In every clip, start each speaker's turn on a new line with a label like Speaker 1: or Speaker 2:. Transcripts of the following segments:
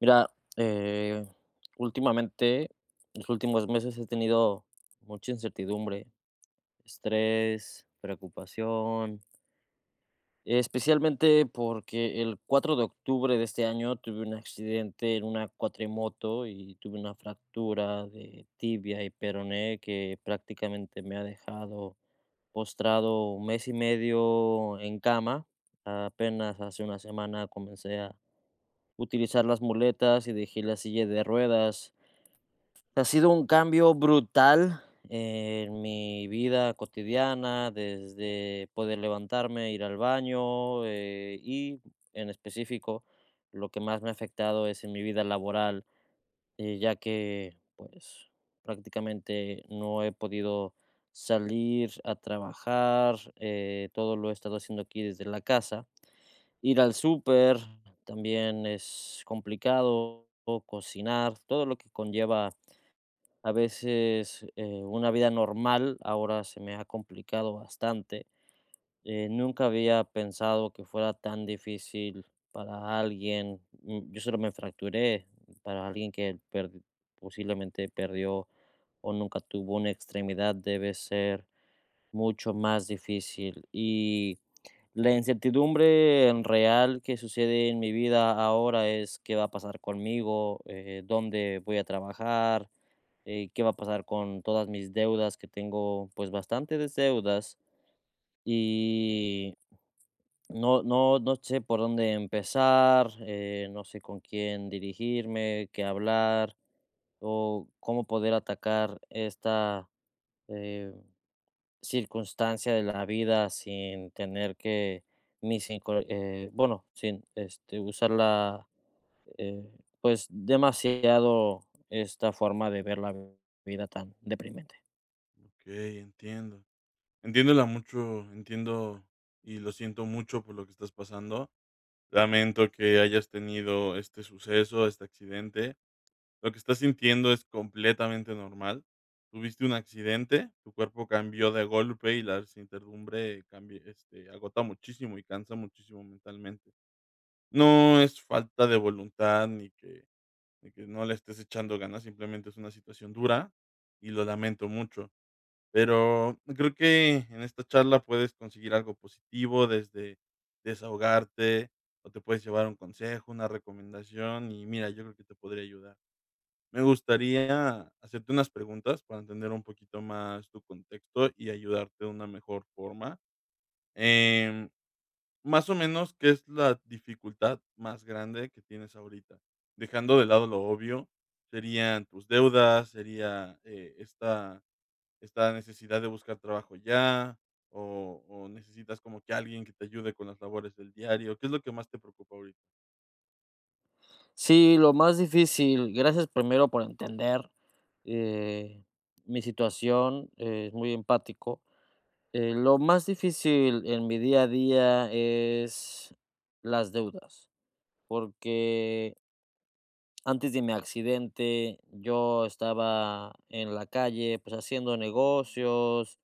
Speaker 1: Mira, eh, últimamente, los últimos meses he tenido mucha incertidumbre, estrés, preocupación, especialmente porque el 4 de octubre de este año tuve un accidente en una cuatrimoto y tuve una fractura de tibia y peroné que prácticamente me ha dejado postrado un mes y medio en cama. Apenas hace una semana comencé utilizar las muletas y dejé la silla de ruedas. Ha sido un cambio brutal en mi vida cotidiana, desde poder levantarme, ir al baño, y en específico lo que más me ha afectado es en mi vida laboral, ya que pues prácticamente no he podido salir a trabajar. Todo lo he estado haciendo aquí desde la casa. Ir al súper también es complicado, o cocinar, todo lo que conlleva a veces, una vida normal, ahora se me ha complicado bastante. Nunca había pensado que fuera tan difícil para alguien. Yo solo me fracturé, para alguien que per posiblemente perdió o nunca tuvo una extremidad debe ser mucho más difícil, y la incertidumbre en real que sucede en mi vida ahora es qué va a pasar conmigo, dónde voy a trabajar, qué va a pasar con todas mis deudas, que tengo pues bastantes deudas. Y no sé por dónde empezar, no sé con quién dirigirme, qué hablar, o cómo poder atacar esta, eh, circunstancia de la vida sin tener que mis inco bueno, sin, este, usarla, eh, pues, demasiado esta forma de ver la vida tan deprimente.
Speaker 2: Okey, entiendo. Entiéndola mucho, entiendo y lo siento mucho por lo que estás pasando. Lamento que hayas tenido este suceso, este accidente. Lo que estás sintiendo es completamente normal. Tuviste un accidente, tu cuerpo cambió de golpe y la servidumbre cambi agota muchísimo y cansa muchísimo mentalmente. No es falta de voluntad ni que ni que no le estés echando ganas, simplemente es una situación dura y lo lamento mucho. Pero creo que en esta charla puedes conseguir algo positivo desde desahogarte, o te puedes llevar un consejo, una recomendación y mira, yo creo que te podría ayudar. Me gustaría hacerte unas preguntas para entender un poquito más tu contexto y ayudarte de una mejor forma. Em, Más o menos, ¿qué es la dificultad más grande que tienes ahorita? Dejando de lado lo obvio, serían tus deudas, sería, esta esta necesidad de buscar trabajo ya, o necesitas como que alguien que te ayude con las labores del diario? ¿Qué es lo que más te preocupa ahorita?
Speaker 1: Sí, lo más difícil. Gracias primero por entender, eh, mi situación. Es muy empático. Lo más difícil en mi día a día es las deudas, porque antes de mi accidente yo estaba en la calle, pues haciendo negocios,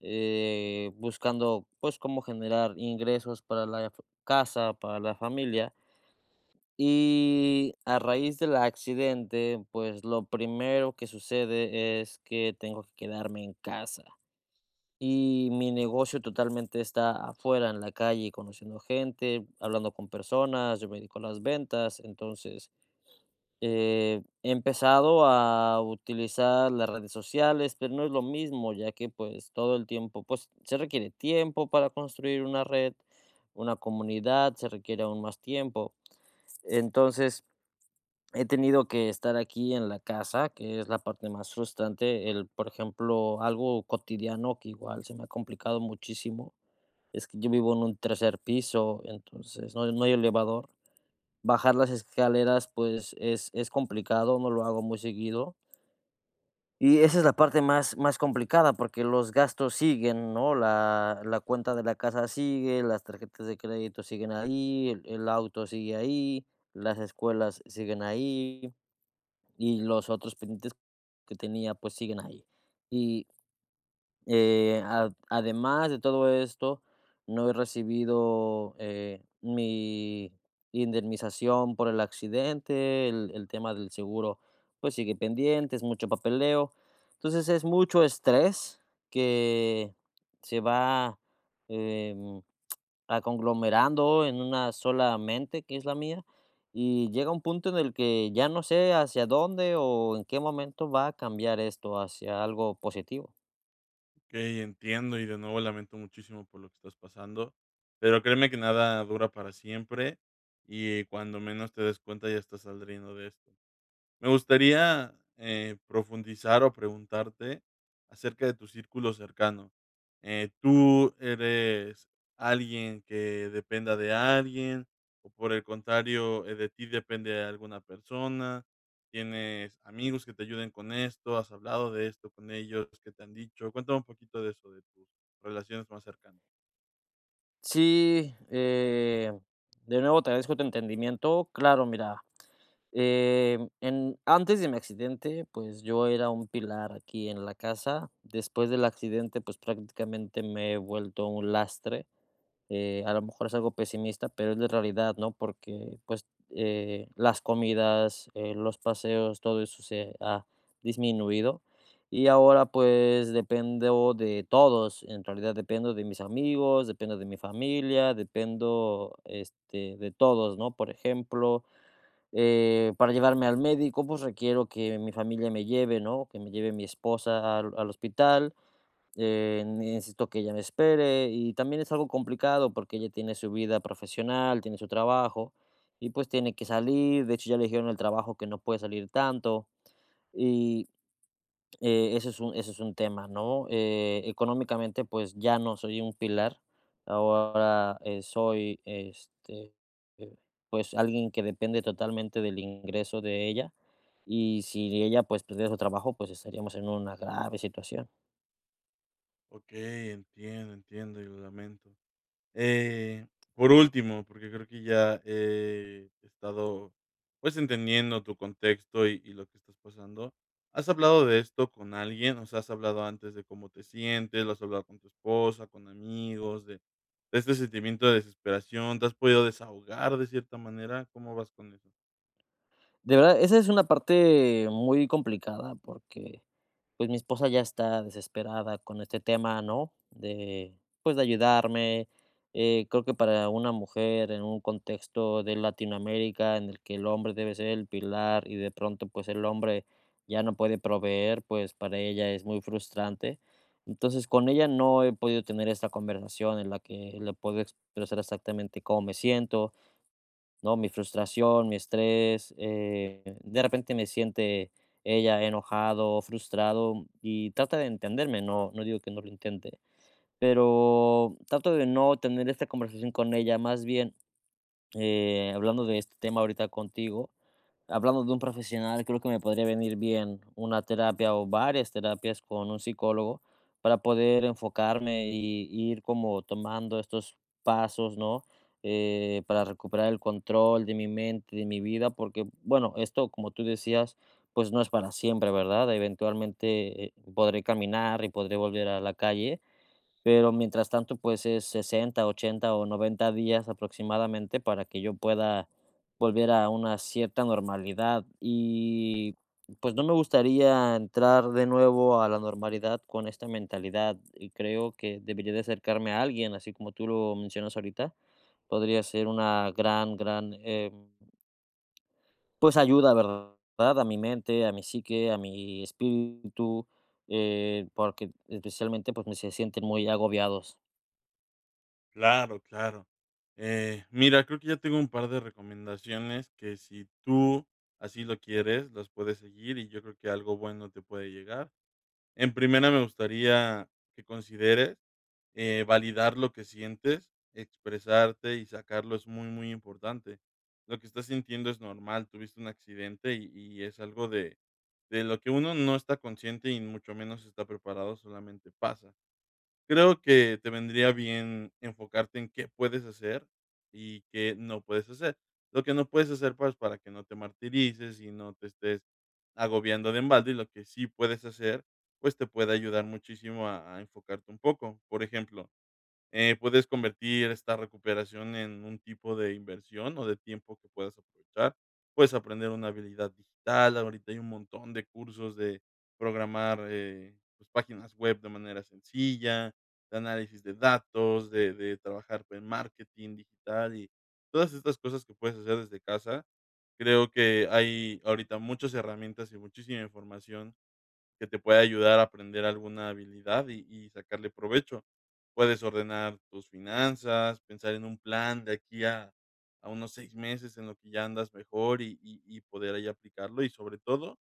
Speaker 1: buscando pues cómo generar ingresos para la casa, para la familia. Y a raíz del accidente, pues lo primero que sucede es que tengo que quedarme en casa. Y mi negocio totalmente está afuera, en la calle, conociendo gente, hablando con personas. Yo me dedico a las ventas, entonces he empezado a utilizar las redes sociales, pero no es lo mismo, ya que pues todo el tiempo, pues se requiere tiempo para construir una red, una comunidad, se requiere aún más tiempo. Entonces, he tenido que estar aquí en la casa, que es la parte más frustrante. Por ejemplo, algo cotidiano que igual se me ha complicado muchísimo, es que yo vivo en un tercer piso, entonces no hay elevador. Bajar las escaleras, pues es complicado, no lo hago muy seguido. Y esa es la parte más, más complicada porque los gastos siguen, ¿no? La cuenta de la casa sigue, las tarjetas de crédito siguen ahí, el auto sigue ahí, las escuelas siguen ahí y los otros pendientes que tenía, pues, siguen ahí. Y, ad además de todo esto, no he recibido, mi indemnización por el accidente. El tema del seguro, pues, sigue pendiente, es mucho papeleo. Entonces, es mucho estrés que se va, em, a conglomerando en una sola mente, que es la mía, y llega un punto en el que ya no sé hacia dónde o en qué momento va a cambiar esto hacia algo positivo.
Speaker 2: Okey, entiendo, y de nuevo lamento muchísimo por lo que estás pasando, pero créeme que nada dura para siempre, y cuando menos te des cuenta ya estás saliendo de esto. Me gustaría, profundizar o preguntarte acerca de tu círculo cercano. ¿tú eres alguien que dependa de alguien o, por el contrario, de ti depende de alguna persona? ¿Tienes amigos que te ayuden con esto? ¿Has hablado de esto con ellos? ¿Qué te han dicho? Cuéntame un poquito de eso, de tus relaciones más cercanas.
Speaker 1: Sí, de nuevo te agradezco tu entendimiento. Claro, mira, antes de mi accidente, pues yo era un pilar aquí en la casa. Después del accidente, pues prácticamente me he vuelto un lastre. A lo mejor es algo pesimista, pero es la realidad, ¿no? Porque, pues, las comidas, los paseos, todo eso se ha disminuido. Y ahora, pues, dependo de todos. En realidad dependo de mis amigos, dependo de mi familia, dependo, este, de todos, ¿no? Por ejemplo, para llevarme al médico, pues requiero que mi familia me lleve, ¿no? Que me lleve mi esposa al, al hospital. Necesito que ella me espere y también es algo complicado porque ella tiene su vida profesional, tiene su trabajo y pues tiene que salir. De hecho, ya le dijeron en el trabajo que no puede salir tanto y eso es un tema, ¿no? Económicamente, pues ya no soy un pilar. Ahora soy, este, eh, pues alguien que depende totalmente del ingreso de ella, y si ella pues perdiera su trabajo, pues estaríamos en una grave situación.
Speaker 2: Okey, entiendo, entiendo y lo lamento. Eh, por último, porque creo que ya he estado, pues, entendiendo tu contexto y lo que estás pasando, ¿has hablado de esto con alguien? O sea, ¿has hablado antes de cómo te sientes? ¿Lo has hablado con tu esposa, con amigos, de este sentimiento de desesperación? ¿Te has podido desahogar de cierta manera? ¿Cómo vas con eso?
Speaker 1: De verdad, esa es una parte muy complicada porque, pues, mi esposa ya está desesperada con este tema, ¿no? De, pues, de ayudarme. Creo que para una mujer en un contexto de Latinoamérica en el que el hombre debe ser el pilar y de pronto, pues, el hombre ya no puede proveer, pues, para ella es muy frustrante. Entonces, con ella no he podido tener esta conversación en la que le puedo expresar exactamente cómo me siento, ¿no? Mi frustración, mi estrés, de repente me siente ella enojado, frustrado y trata de entenderme, no, no digo que no lo intente, pero trato de no tener esta conversación con ella, más bien hablando de este tema ahorita contigo, hablando de un profesional, creo que me podría venir bien una terapia o varias terapias con un psicólogo para poder enfocarme y ir como tomando estos pasos, ¿no? Para recuperar el control de mi mente, de mi vida, porque, bueno, esto, como tú decías, pues no es para siempre, ¿verdad? Eventualmente podré caminar y podré volver a la calle, pero mientras tanto, pues, es 60, 80 o 90 días aproximadamente para que yo pueda volver a una cierta normalidad. Y, pues, no me gustaría entrar de nuevo a la normalidad con esta mentalidad, y creo que debería de acercarme a alguien, así como tú lo mencionas ahorita. Podría ser una gran, gran, pues, ayuda, ¿verdad? A mi mente, a mi psique, a mi espíritu, porque especialmente, pues, me se sienten muy agobiados.
Speaker 2: Claro, claro. Mira, creo que ya tengo un par de recomendaciones que si tú así lo quieres, las puedes seguir y yo creo que algo bueno te puede llegar. En primera, me gustaría que consideres, validar lo que sientes, expresarte y sacarlo es muy, muy importante. Lo que estás sintiendo es normal, tuviste un accidente y es algo de lo que uno no está consciente y mucho menos está preparado, solamente pasa. Creo que te vendría bien enfocarte en qué puedes hacer y qué no puedes hacer. Lo que no puedes hacer, pues, para que no te martirices y no te estés agobiando de embalde, y lo que sí puedes hacer, pues, te puede ayudar muchísimo a enfocarte un poco. Por ejemplo, puedes convertir esta recuperación en un tipo de inversión o de tiempo que puedas aprovechar. Puedes aprender una habilidad digital. Ahorita hay un montón de cursos de programar pues, páginas web de manera sencilla, de análisis de datos, de trabajar en marketing digital y todas estas cosas que puedes hacer desde casa. Creo que hay ahorita muchas herramientas y muchísima información que te puede ayudar a aprender alguna habilidad y sacarle provecho. Puedes ordenar tus finanzas, pensar en un plan de aquí a unos 6 meses en lo que ya andas mejor y y poder ahí aplicarlo y, sobre todo,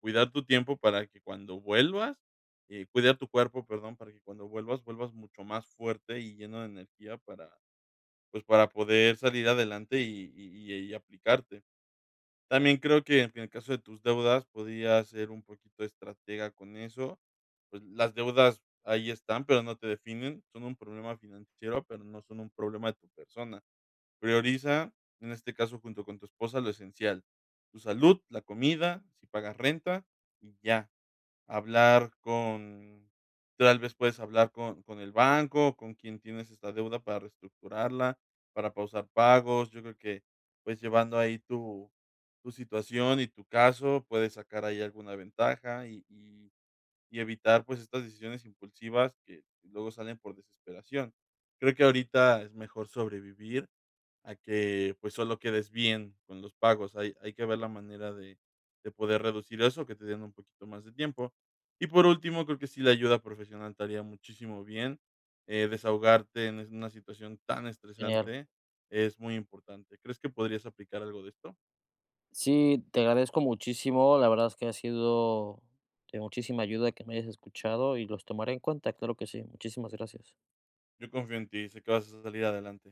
Speaker 2: cuidar tu tiempo para que cuando vuelvas, cuidar tu cuerpo, perdón, para que cuando vuelvas, vuelvas mucho más fuerte y lleno de energía para, pues, para poder salir adelante y y aplicarte. También creo que en el caso de tus deudas, podías ser un poquito estratega con eso. Pues, las deudas ahí están, pero no te definen. Son un problema financiero, pero no son un problema de tu persona. Prioriza, en este caso, junto con tu esposa, lo esencial. Tu salud, la comida, si pagas renta, y ya. Hablar con tal vez puedes hablar con el banco, con quien tienes esta deuda para reestructurarla, para pausar pagos. Yo creo que, pues, llevando ahí tu tu situación y tu caso, puedes sacar ahí alguna ventaja y evitar, pues, estas decisiones impulsivas que luego salen por desesperación. Creo que ahorita es mejor sobrevivir a que, pues, solo quedes bien con los pagos. Hay que ver la manera de poder reducir eso, que te den un poquito más de tiempo. Y por último, creo que sí la ayuda profesional te haría muchísimo bien, desahogarte en es una situación tan
Speaker 1: Genial.
Speaker 2: estresante es muy importante. ¿Crees que podrías aplicar algo de esto?
Speaker 1: Sí, te agradezco muchísimo. La verdad es que ha sido de muchísima ayuda que me hayas escuchado y los tomaré en cuenta, claro que sí. Muchísimas gracias.
Speaker 2: Yo confío en ti, sé que vas a salir adelante.